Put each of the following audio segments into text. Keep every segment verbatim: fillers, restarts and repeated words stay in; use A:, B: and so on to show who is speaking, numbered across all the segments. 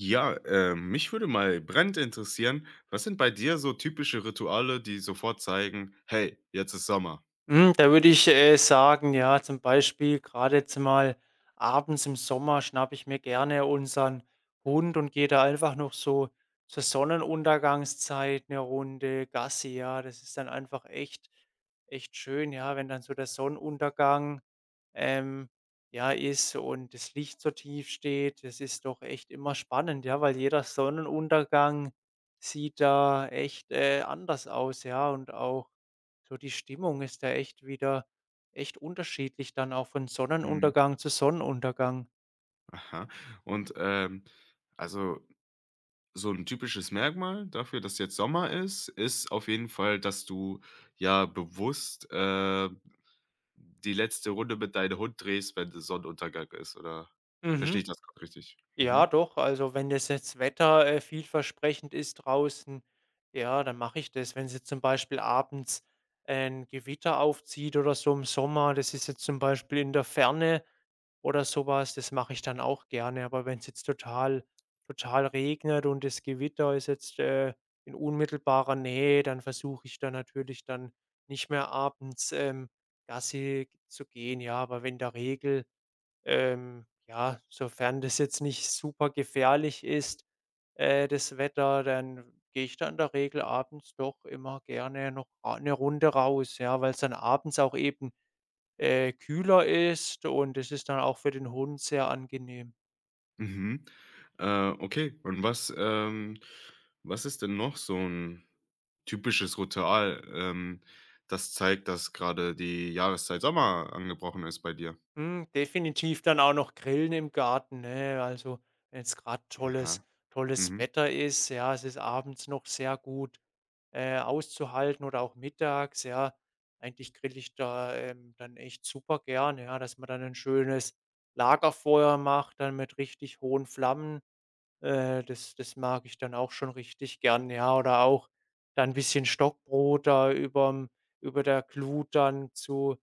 A: Ja, äh, Mich würde mal brennend interessieren, was sind bei dir so typische Rituale, die sofort zeigen: „Hey, jetzt ist Sommer?“
B: Hm, da würde ich, äh, sagen, ja, zum Beispiel gerade jetzt mal abends im Sommer schnappe ich mir gerne unseren Hund und gehe da einfach noch so zur Sonnenuntergangszeit eine Runde Gassi, ja. Das ist dann einfach echt echt schön, ja, wenn dann so der Sonnenuntergang, ähm, ja, ist und das Licht so tief steht. Das ist doch echt immer spannend, ja, weil jeder Sonnenuntergang sieht da echt, äh, anders aus, ja, und auch so die Stimmung ist da echt wieder echt unterschiedlich dann auch von
A: Mhm,
B: Sonnenuntergang zu Sonnenuntergang.
A: aha. Und, ähm, also, so ein typisches Merkmal dafür, dass jetzt Sommer ist, ist auf jeden Fall, dass du ja bewusst, äh, die letzte Runde mit deinem Hund drehst, wenn der Sonnenuntergang ist, oder verstehe
B: Mhm.
A: ich das grad richtig?
B: Ja,
A: Mhm.
B: doch. Also, wenn das jetzt Wetter, äh, vielversprechend ist draußen, ja, dann mache ich das. Wenn's jetzt zum Beispiel abends ein Gewitter aufzieht oder so im Sommer, das ist jetzt zum Beispiel in der Ferne oder sowas, das mache ich dann auch gerne. Aber wenn es jetzt total total regnet und das Gewitter ist jetzt, äh, in unmittelbarer Nähe, dann versuche ich da natürlich dann nicht mehr abends, ähm, Gassi zu gehen, ja. Aber wenn der Regel ähm, ja, sofern das jetzt nicht super gefährlich ist, äh, das Wetter, dann gehe ich da in der Regel abends doch immer gerne noch ra 'ne Runde raus, ja, weil es dann abends auch eben, äh, kühler ist und es ist dann auch für den Hund sehr angenehm.
A: Mhm. Äh, okay. Und was, ähm was ist denn noch so ein typisches Ritual, ähm, das zeigt, dass gerade die Jahreszeit Sommer angebrochen ist bei dir?
B: Hm, definitiv dann auch noch grillen im Garten, ne? Also, wenn es gerade tolles
A: Aha.
B: tolles
A: Mhm.
B: Wetter ist, ja, es ist abends noch sehr gut, äh, auszuhalten oder auch mittags, ja. Eigentlich grill ich da, ähm, dann echt super gern, ja, dass man dann ein schönes Lagerfeuer macht, dann mit richtig hohen Flammen. Äh, das das mag ich dann auch schon richtig gern, ja. Oder auch dann ein bisschen Stockbrot da überm über der Glut dann zu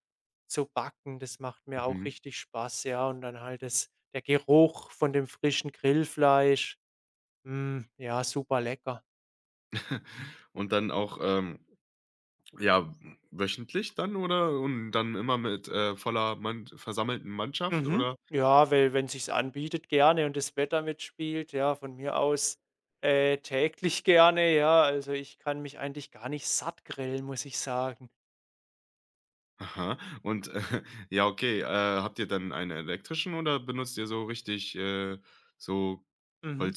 B: zu backen. Das macht mir auch
A: Mhm.
B: richtig Spaß, ja. Und dann halt das der Geruch von dem frischen Grillfleisch. Hm, ja, super lecker.
A: Und dann auch, ähm, ja, wöchentlich dann oder und dann immer mit, äh, voller Mann versammelten Mannschaft
B: Mhm.
A: oder?
B: Ja, weil wenn sich's anbietet, gerne und das Wetter mitspielt, ja, von mir aus, äh, täglich gerne, ja. Also, ich kann mich eigentlich gar nicht satt grillen, muss ich sagen.
A: Aha. Und, äh, ja, okay, äh, habt ihr dann einen elektrischen oder benutzt ihr so richtig, äh, so
B: Mhm.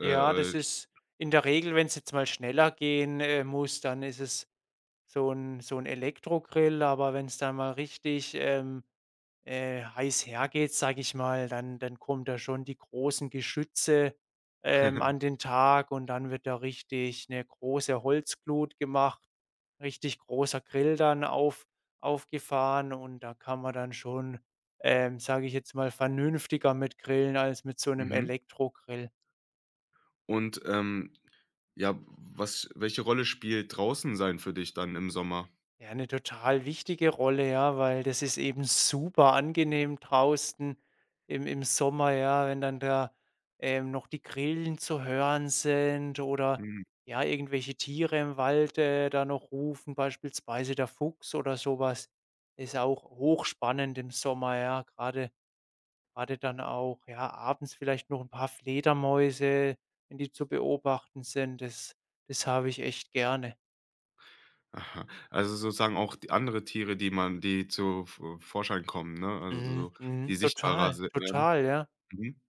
B: Ja,
A: äh, äh
B: das ist in der Regel, wenn es jetzt mal schneller gehen, äh, muss, dann ist es so ein so ein Elektrogrill, aber wenn es dann mal richtig, ähm, äh, heiß hergeht, sage ich mal, dann dann kommen da schon die großen Geschütze, ähm, an den Tag, und dann wird da richtig eine große Holzglut gemacht, richtig großer Grill dann auf aufgefahren, und da kann man dann schon, ähm, sage ich jetzt mal, vernünftiger mit grillen als mit so einem
A: Mhm.
B: Elektrogrill.
A: Und, ähm, ja, was welche Rolle spielt draußen sein für dich dann im Sommer?
B: Ja, eine total wichtige Rolle, ja, weil das ist eben super angenehm draußen im im Sommer, ja, wenn dann da, ähm, noch die Grillen zu hören sind oder,
A: Mhm.
B: ja, irgendwelche Tiere im Wald, äh, da noch rufen, beispielsweise der Fuchs oder sowas. Ist auch hochspannend im Sommer, ja, gerade gerade dann auch, ja, abends vielleicht noch ein paar Fledermäuse, wenn die zu beobachten sind. Das das habe ich echt gerne.
A: Aha. Also, sozusagen auch die andere Tiere, die man die zu V Vorschein kommen, ne? Also,
B: Mhm,
A: so die
B: mhm,
A: sichtbarer
B: total,
A: se werden.
B: total, ja.
A: Mhm.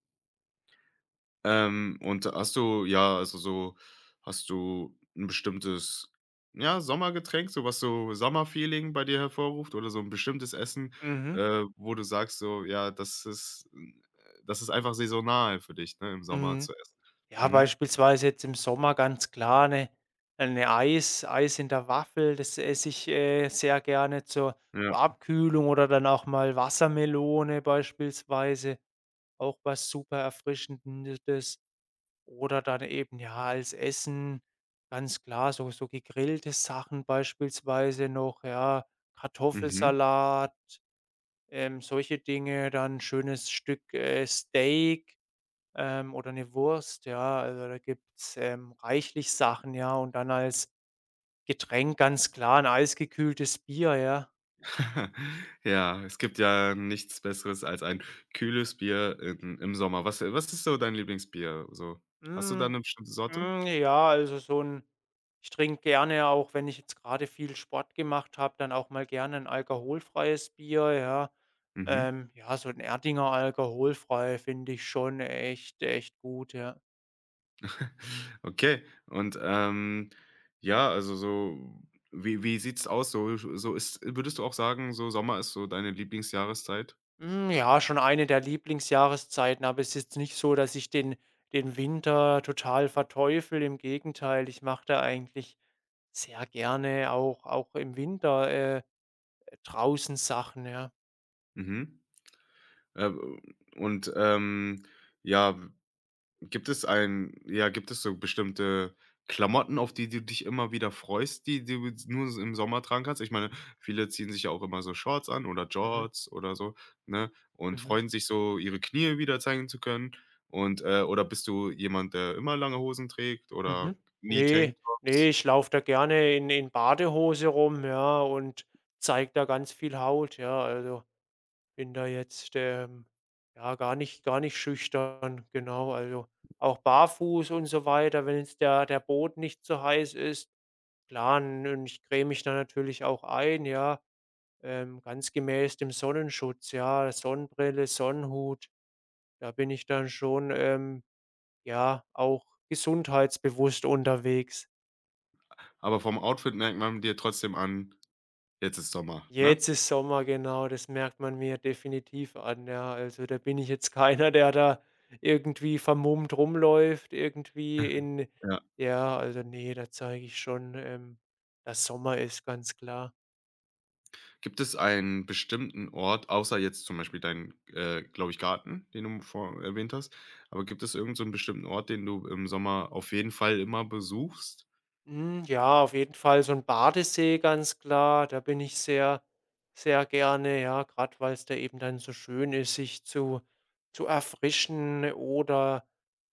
A: Ähm, und hast du ja, also so hast du ein bestimmtes, ja, Sommergetränk, so was so Sommerfeeling bei dir hervorruft oder so ein bestimmtes Essen,
B: Mhm,
A: äh, wo du sagst so: „Ja, das ist äh, das ist einfach saisonal für dich, ne, im Sommer
B: mhm.
A: zu essen.“
B: Ja,
A: Mhm.
B: beispielsweise jetzt im Sommer ganz klar eine eine Eis Eis in der Waffel, das esse ich, äh, sehr gerne zur
A: Ja.
B: zur Abkühlung, oder dann auch mal Wassermelone beispielsweise, auch was super Erfrischendes. Oder dann eben, ja, als Essen ganz klar so so gegrillte Sachen beispielsweise noch, ja,
A: Mhm.
B: Kartoffelsalat, ähm, solche Dinge, dann schönes Stück, äh, Steak, ähm, oder eine Wurst, ja. Also, da gibt's, ähm, reichlich Sachen, ja. Und dann als Getränk ganz klar ein eisgekühltes Bier, ja.
A: Ja, es gibt ja nichts Besseres als ein kühles Bier in im Sommer. Was was ist so dein Lieblingsbier so? Hast du da
B: Hm,
A: eine bestimmte Sorte?
B: hm, ja, also, so ein ich trinke gerne auch, wenn ich jetzt gerade viel Sport gemacht habe, dann auch mal gerne ein alkoholfreies Bier, ja.
A: Mhm.
B: Ähm, ja, so ein Erdinger alkoholfrei finde ich schon echt echt gut, ja.
A: Okay. Und, ähm, ja, also so wie wie sieht's aus? So so ist würdest du auch sagen, so Sommer ist so deine Lieblingsjahreszeit?
B: Hm, ja, schon eine der Lieblingsjahreszeiten, aber es ist jetzt nicht so, dass ich den den Winter total verteufel. Im Gegenteil, ich mache da eigentlich sehr gerne auch auch im Winter, äh, draußen Sachen, ja.
A: Mhm. Äh, und, ähm, ja gibt es ein ja, gibt es so bestimmte Klamotten, auf die du dich immer wieder freust, die du jetzt nur s im Sommer tragen kannst? Ich meine, viele ziehen sich ja auch immer so Shorts an oder
B: Mhm,
A: Jorts oder so, ne, und
B: mhm,
A: freuen sich so, ihre Knie wieder zeigen zu können. Und, äh oder bist du jemand, der immer lange Hosen trägt oder
B: mhm.
A: nie
B: Ne, ne,
A: Tanktops?
B: ich laufe da gerne in in Badehose rum, ja, und zeige da ganz viel Haut, ja, also bin da jetzt, ähm, ja, gar nicht gar nicht schüchtern, genau. Also, auch barfuß und so weiter, wenn jetzt der der Boden nicht zu heiß ist. Klar, n und ich creme mich da natürlich auch ein, ja, ähm, ganz gemäß dem Sonnenschutz, ja, Sonnenbrille, Sonnenhut. Da bin ich dann schon, ähm, ja, auch gesundheitsbewusst unterwegs.
A: Aber vom Outfit merkt man dir trotzdem an: „Jetzt ist Sommer“, ne?
B: Jetzt ist Sommer, genau, das merkt man mir definitiv an, ja. Also, da bin ich jetzt keiner, der da irgendwie vermummt rumläuft, irgendwie in
A: Ja.
B: ja, also, nee, da zeige ich schon, ähm, dass Sommer ist, ganz klar.
A: Gibt es einen bestimmten Ort, außer jetzt zum Beispiel dein, äh, glaube ich, Garten, den du vor erwähnt hast, aber gibt es irgend so 'n bestimmten Ort, den du im Sommer auf jeden Fall immer besuchst?
B: Hm, ja, auf jeden Fall so ein Badesee, ganz klar. Da bin ich sehr sehr gerne, ja, gerade weil es da eben dann so schön ist, sich zu zu erfrischen oder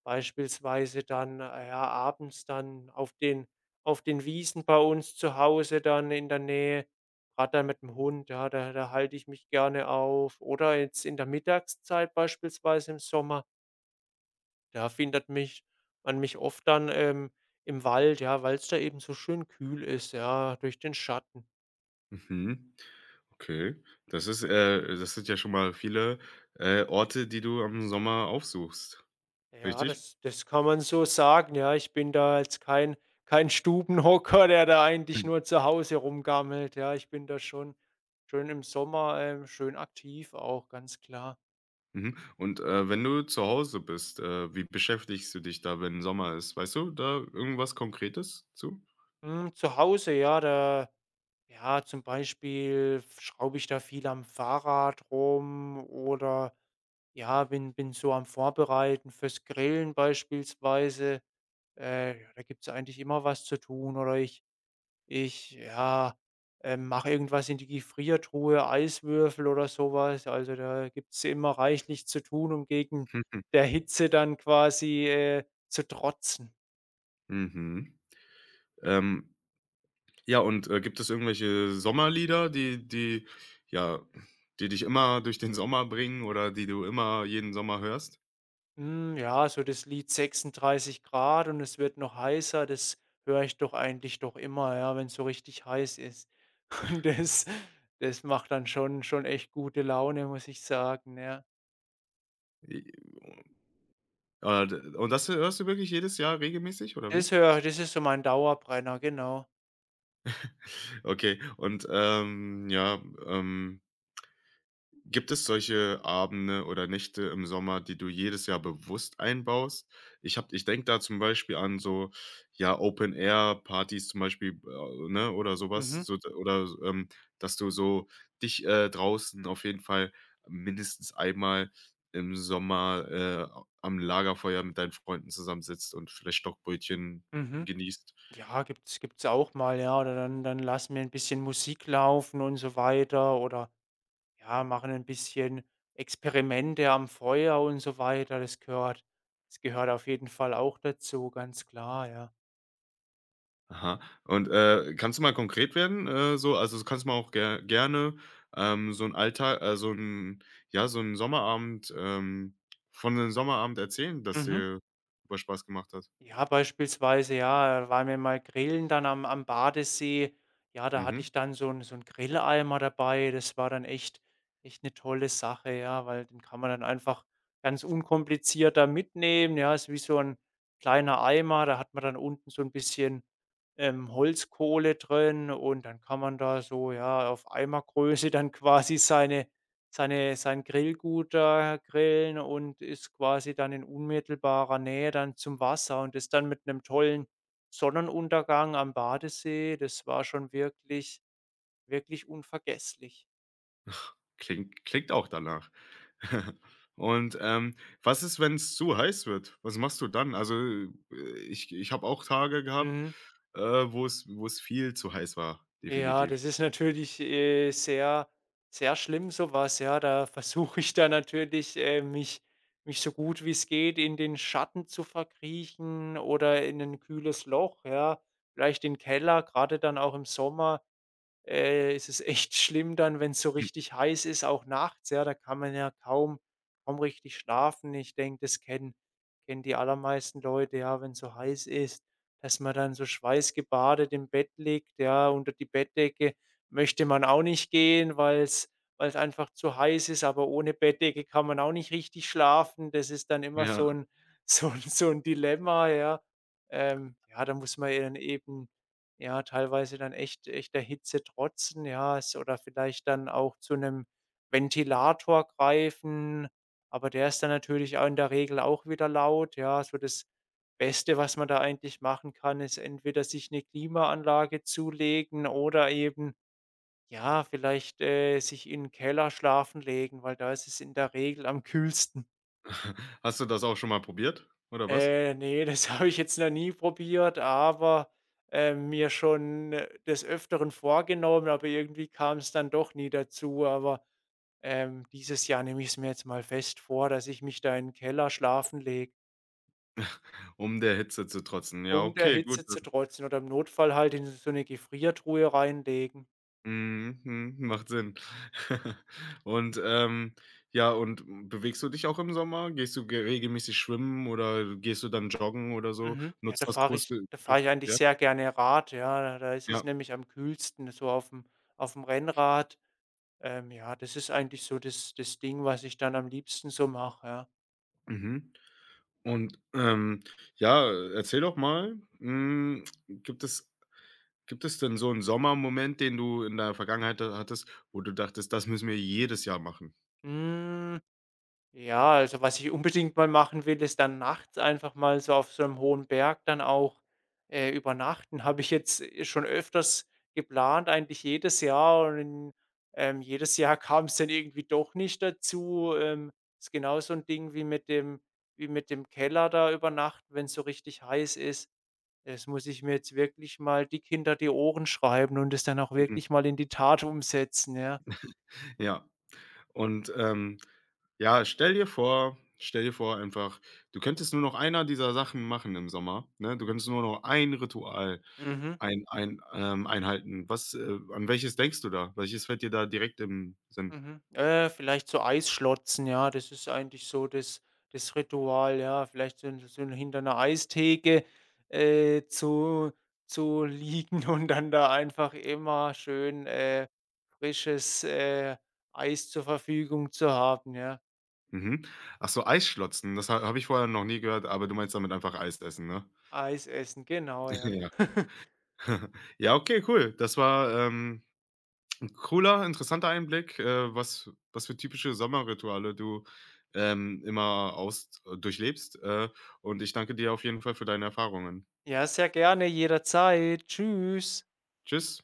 B: beispielsweise dann, äh, ja, abends dann auf den auf den Wiesen bei uns zu Hause dann in der Nähe, gerade dann mit dem Hund, ja, da da halte ich mich gerne auf. Oder jetzt in der Mittagszeit beispielsweise im Sommer da findet mich man mich oft dann, ähm, im Wald, ja, weil es da eben so schön kühl ist, ja, durch den Schatten.
A: Mhm. Okay. Das ist, äh das sind ja schon mal viele, äh, Orte, die du im Sommer aufsuchst,
B: Ja,
A: richtig?
B: das das kann man so sagen, ja. Ich bin da jetzt kein kein Stubenhocker, der da eigentlich nur zu Hause rumgammelt, ja. Ich bin da schon schön im Sommer, ähm, schön aktiv auch, ganz klar.
A: Mhm. Und, äh, wenn du zu Hause bist, äh, wie beschäftigst du dich da, wenn Sommer ist? Weißt du da irgendwas Konkretes zu?
B: Hm, zu Hause, ja, da Ja, zum Beispiel schraube ich da viel am Fahrrad rum, oder, ja, bin bin so am Vorbereiten fürs Grillen beispielsweise. Äh, ja, da gibt's eigentlich immer was zu tun, oder ich ich, ja, ähm, mache irgendwas in die Gefriertruhe, Eiswürfel oder sowas. Also, da gibt's immer reichlich zu tun, um gegen
A: Mhm.
B: der Hitze dann quasi, äh, zu trotzen.
A: Mhm. Ähm. Ja, und, äh, gibt es irgendwelche Sommerlieder, die die ja, die dich immer durch den Sommer bringen oder die du immer jeden Sommer hörst?
B: Hm, ja, so das Lied „sechsunddreißig Grad und es wird noch heißer", das höre ich doch eigentlich doch immer, ja, wenn es so richtig heiß ist. Und das das macht dann schon schon echt gute Laune, muss ich sagen, ja.
A: I äh, d Und das hörst du wirklich jedes Jahr regelmäßig oder wie?
B: Das höre ich. Das ist so mein Dauerbrenner, genau.
A: Okay, und, ähm, ja, ähm Gibt es solche Abende oder Nächte im Sommer, die du jedes Jahr bewusst einbaust? Ich habe ich denke da zum Beispiel an so, ja, Open-Air-Partys zum Beispiel, äh, ne, oder sowas
B: Mhm,
A: so oder, ähm, dass du so dich, äh, draußen auf jeden Fall mindestens einmal im Sommer, äh, am Lagerfeuer mit deinen Freunden zusammensitzt und vielleicht Stockbrötchen
B: mhm.
A: genießt.
B: Ja, gibt's gibt's auch mal, ja, oder dann dann lassen wir ein bisschen Musik laufen und so weiter, oder ja, machen ein bisschen Experimente am Feuer und so weiter. Das gehört das gehört auf jeden Fall auch dazu, ganz klar, ja.
A: Aha. Und, äh, kannst du mal konkret werden? Äh, so also, kannst du mal auch ger gerne, ähm, so 'n Alltag, äh, so ein ja, so 'n Sommerabend ähm, von einem Sommerabend erzählen, dass
B: Mhm.
A: dir super Spaß gemacht hat.
B: Ja, beispielsweise, ja, waren wir mal grillen dann am am Badesee. Ja, da hatte
A: Mhm.
B: ich dann so 'n so 'n Grilleimer dabei. Das war dann echt echt 'ne tolle Sache, ja, weil den kann man dann einfach ganz unkompliziert da mitnehmen. Ja, ist wie so 'n kleiner Eimer, da hat man dann unten so 'n bisschen, ähm, Holzkohle drin, und dann kann man da so, ja, auf Eimergröße dann quasi seine seine sein Grillgut da grillen und ist quasi dann in unmittelbarer Nähe dann zum Wasser und ist dann mit einem tollen Sonnenuntergang am Badesee. Das war schon wirklich, wirklich unvergesslich.
A: Klingt klingt auch danach. Und, ähm, Was ist, wenn es zu heiß wird? Was machst du dann? Also, äh, ich ich habe auch Tage gehabt,
B: Mhm.
A: äh, wo es wo es viel zu heiß war,
B: Ja,
A: definitiv.
B: das ist natürlich, äh, sehr, sehr schlimm, sowas, ja. Da versuche ich dann natürlich, äh, mich mich so gut wie es geht in den Schatten zu verkriechen oder in ein kühles Loch, ja, vielleicht in den Keller, gerade dann auch im Sommer. Äh, ist es echt schlimm dann, wenn's so
A: Hm,
B: richtig heiß ist, auch nachts, ja, da kann man ja kaum kaum richtig schlafen. Ich denke, das kennen kennen die allermeisten Leute, ja, wenn's so heiß ist, dass man dann so schweißgebadet im Bett liegt, ja, unter die Bettdecke möchte man auch nicht gehen, weil es weil es einfach zu heiß ist, aber ohne Bettdecke kann man auch nicht richtig schlafen. Das ist dann immer
A: ja.
B: so ein so ein so ein Dilemma, ja. Ähm, ja, da muss man ja dann eben, ja, teilweise dann echt echt der Hitze trotzen, ja, s oder vielleicht dann auch zu einem Ventilator greifen, aber der ist dann natürlich auch in der Regel auch wieder laut, ja. So, das Beste, was man da eigentlich machen kann, ist entweder sich eine Klimaanlage zulegen oder eben, ja, vielleicht, äh, sich in 'n Keller schlafen legen, weil da ist es in der Regel am kühlsten.
A: Hast du das auch schon mal probiert oder was?
B: Äh, ne, das habe ich jetzt noch nie probiert, aber, äh, mir schon, äh, des Öfteren vorgenommen, aber irgendwie kam es dann doch nie dazu. Aber, ähm, dieses Jahr nehme ich es mir jetzt mal fest vor, dass ich mich da in den Keller schlafen lege,
A: Um der Hitze zu trotzen. Ja,
B: um der
A: okay, gut.
B: Hitze zu trotzen oder im Notfall halt in so eine Gefriertruhe reinlegen.
A: Mhm, mhm, macht Sinn. Und, ähm, ja, und bewegst du dich auch im Sommer? Gehst du ge regelmäßig schwimmen oder gehst du dann joggen oder so?
B: Mhm. Ja,
A: Nutzt
B: da
A: das
B: fahre ich
A: große
B: da fahre ich eigentlich
A: ja?
B: sehr gerne Rad, ja. Da da ist es
A: Ja,
B: nämlich am kühlsten so auf dem auf dem Rennrad. Ähm, ja, das ist eigentlich so das das Ding, was ich dann am liebsten so mache, ja.
A: mhm. Und, ähm, ja, erzähl doch mal, hm, gibt es gibt es denn so einen Sommermoment, den du in der Vergangenheit hattest, wo du dachtest: „Das müssen wir jedes Jahr machen?“
B: Hm, ja, also, was ich unbedingt mal machen will, ist dann nachts einfach mal so auf so einem hohen Berg dann auch, äh, übernachten. Habe ich jetzt äh, schon öfters geplant, eigentlich jedes Jahr, und, in, ähm, jedes Jahr kam es dann irgendwie doch nicht dazu. Ähm, ist genau so ein Ding wie mit dem wie mit dem Keller da übernachten, wenn es so richtig heiß ist. Das muss ich mir jetzt wirklich mal dick hinter die Ohren schreiben und es dann auch wirklich mal in die Tat umsetzen, ja.
A: ja. Und, ähm, ja, stell dir vor stell dir vor einfach, du könntest nur noch einer dieser Sachen machen im Sommer, ne? Du könntest nur noch ein Ritual
B: Mhm,
A: ein ein ähm, einhalten. Was äh, an welches denkst du da? Welches fällt dir da direkt im Sinn?
B: mhm. Äh, vielleicht so Eisschlotzen, ja, das ist eigentlich so das das Ritual, ja. Vielleicht so so hinter einer Eistheke, äh, zu zu liegen und dann da einfach immer schön, äh, frisches, äh, Eis zur Verfügung zu haben, ja.
A: Mhm. Ach so, Eisschlotzen, das ha habe ich vorher noch nie gehört, aber du meinst damit einfach Eis essen, ne?
B: Eis essen, genau, ja.
A: Ja. Ja, okay, cool. Das war, ähm Cooler, interessanter Einblick, äh, was was für typische Sommerrituale du, ähm, immer aus äh, durchlebst. Äh, und ich danke dir auf jeden Fall für deine Erfahrungen.
B: Ja, sehr gerne, jederzeit. Tschüss.
A: Tschüss.